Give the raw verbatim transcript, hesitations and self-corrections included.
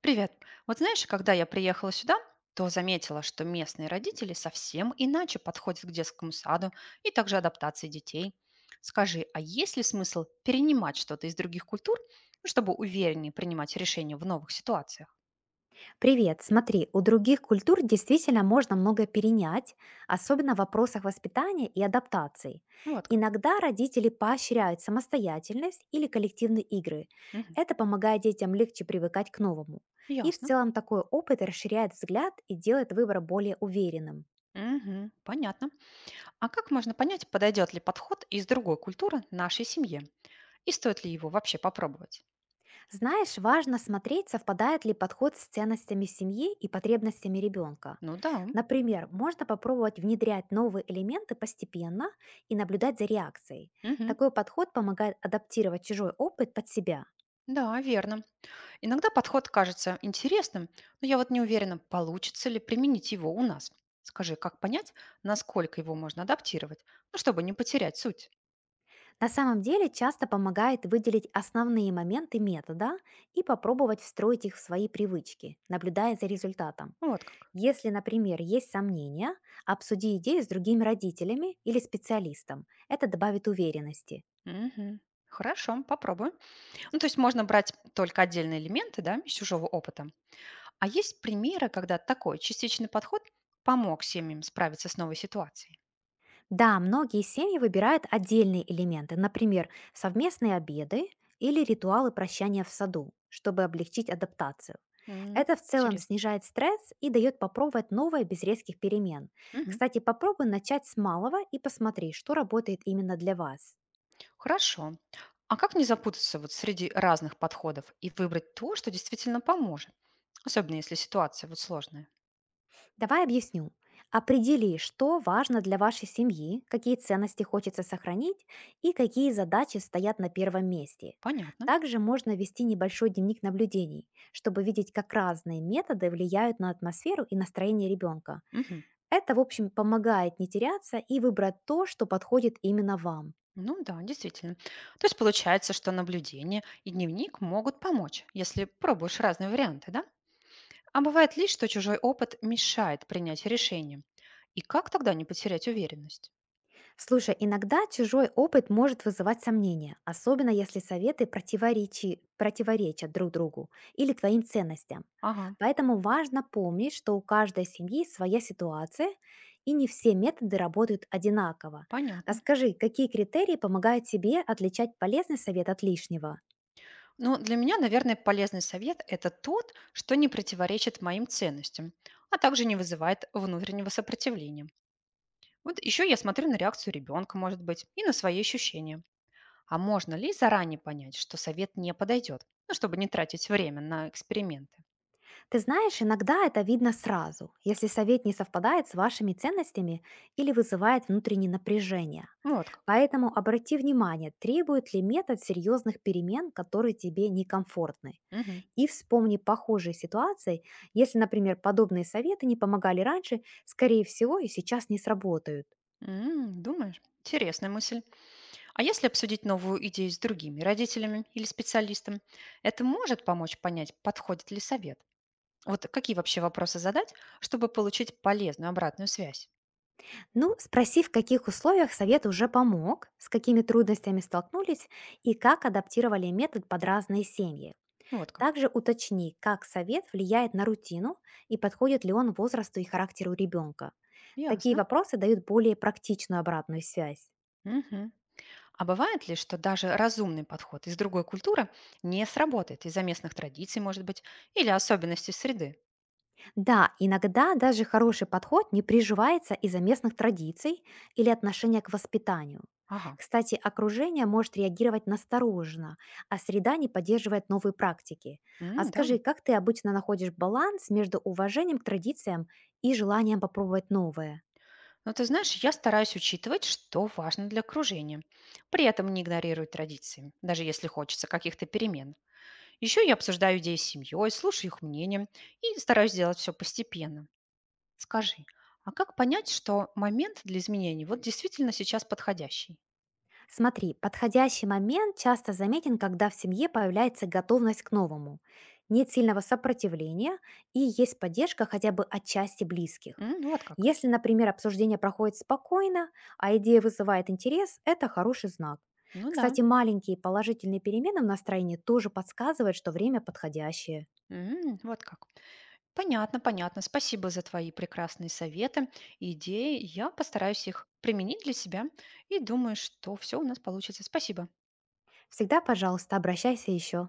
Привет. Вот знаешь, когда я приехала сюда, то заметила, что местные родители совсем иначе подходят к детскому саду и также адаптации детей. Скажи, а есть ли смысл перенимать что-то из других культур, ну, чтобы увереннее принимать решения в новых ситуациях? Привет, смотри, у других культур действительно можно много перенять, особенно в вопросах воспитания и адаптации. Ну, вот как. Иногда родители поощряют самостоятельность или коллективные игры. Мгм. Это помогает детям легче привыкать к новому. И в Ясно. целом такой опыт расширяет взгляд и делает выбор более уверенным. Мгм, понятно. А как можно понять, подойдет ли подход из другой культуры нашей семье? И стоит ли его вообще попробовать? Знаешь, важно смотреть, совпадает ли подход с ценностями семьи и потребностями ребенка. Ну да. Например, можно попробовать внедрять новые элементы постепенно и наблюдать за реакцией. Мгм. Такой подход помогает адаптировать чужой опыт под себя. Да, верно. Иногда подход кажется интересным, но я вот не уверена, получится ли применить его у нас. Скажи, как понять, насколько его можно адаптировать, ну, чтобы не потерять суть? На самом деле часто помогает выделить основные моменты метода и попробовать встроить их в свои привычки, наблюдая за результатом. Вот как. Если, например, есть сомнения, обсуди идею с другими родителями или специалистом. Это добавит уверенности. Мгм. Хорошо, попробую. Ну, то есть можно брать только отдельные элементы, да, из чужого опыта. А есть примеры, когда такой частичный подход помог семьям справиться с новой ситуацией? Да, многие семьи выбирают отдельные элементы, например, совместные обеды или ритуалы прощания в саду, чтобы облегчить адаптацию. М. Это в целом Интересно. снижает стресс и дает попробовать новое без резких перемен. Мгм. Кстати, попробуй начать с малого и посмотри, что работает именно для вас. Хорошо. А как не запутаться вот среди разных подходов и выбрать то, что действительно поможет? Особенно если ситуация вот сложная. Давай объясню. Определи, что важно для вашей семьи, какие ценности хочется сохранить и какие задачи стоят на первом месте. Понятно. Также можно вести небольшой дневник наблюдений, чтобы видеть, как разные методы влияют на атмосферу и настроение ребенка. Мгм. Это, в общем, помогает не теряться и выбрать то, что подходит именно вам. Ну да, действительно. То есть получается, что наблюдение и дневник могут помочь, если пробуешь разные варианты, да? А бывает ли, что чужой опыт мешает принять решение? И как тогда не потерять уверенность? Слушай, иногда чужой опыт может вызывать сомнения, особенно если советы противоречи- противоречат друг другу или твоим ценностям. Ага, Поэтому важно помнить, что у каждой семьи своя ситуация, и не все методы работают одинаково. А понятно. скажи, какие критерии помогают тебе отличать полезный совет от лишнего? Ну, для меня, наверное, полезный совет – это тот, что не противоречит моим ценностям, а также не вызывает внутреннего сопротивления. Вот еще я смотрю на реакцию ребенка, может быть, и на свои ощущения. А можно ли заранее понять, что совет не подойдет, ну, чтобы не тратить время на эксперименты? Ты знаешь, иногда это видно сразу, если совет не совпадает с вашими ценностями или вызывает внутреннее напряжение. Вот как. Поэтому обрати внимание, требует ли метод серьезных перемен, которые тебе некомфортны. Мгм. И вспомни похожие ситуации, если, например, подобные советы не помогали раньше, скорее всего, и сейчас не сработают. М, думаешь? Интересная мысль. А если обсудить новую идею с другими родителями или специалистом, это может помочь понять, подходит ли совет? Вот какие вообще вопросы задать, чтобы получить полезную обратную связь? Ну, спроси, в каких условиях совет уже помог, с какими трудностями столкнулись и как адаптировали метод под разные семьи. Ну, вот как. Также уточни, как совет влияет на рутину и подходит ли он возрасту и характеру ребенка. Такие Ясно. вопросы дают более практичную обратную связь. Мгм. А бывает ли, что даже разумный подход из другой культуры не сработает из-за местных традиций, может быть, или особенностей среды? Да, иногда даже хороший подход не приживается из-за местных традиций или отношения к воспитанию. Ага. Кстати, окружение может реагировать настороженно, а среда не поддерживает новые практики. А М, да. скажи, как ты обычно находишь баланс между уважением к традициям и желанием попробовать новое? Но ты знаешь, я стараюсь учитывать, что важно для окружения. При этом не игнорирую традиции, даже если хочется каких-то перемен. Еще я обсуждаю идеи с семьей, слушаю их мнение и стараюсь делать все постепенно. Скажи, а как понять, что момент для изменений вот действительно сейчас подходящий? Смотри, подходящий момент часто заметен, когда в семье появляется готовность к новому, нет сильного сопротивления и есть поддержка хотя бы отчасти близких. М, вот как. Если, например, обсуждение проходит спокойно, а идея вызывает интерес, это хороший знак. Ну да. Кстати, маленькие положительные перемены в настроении тоже подсказывают, что время подходящее. М, вот как. Понятно, понятно. Спасибо за твои прекрасные советы идеи. Я постараюсь их применить для себя и думаю, что все у нас получится. Спасибо. Всегда, пожалуйста, обращайся еще.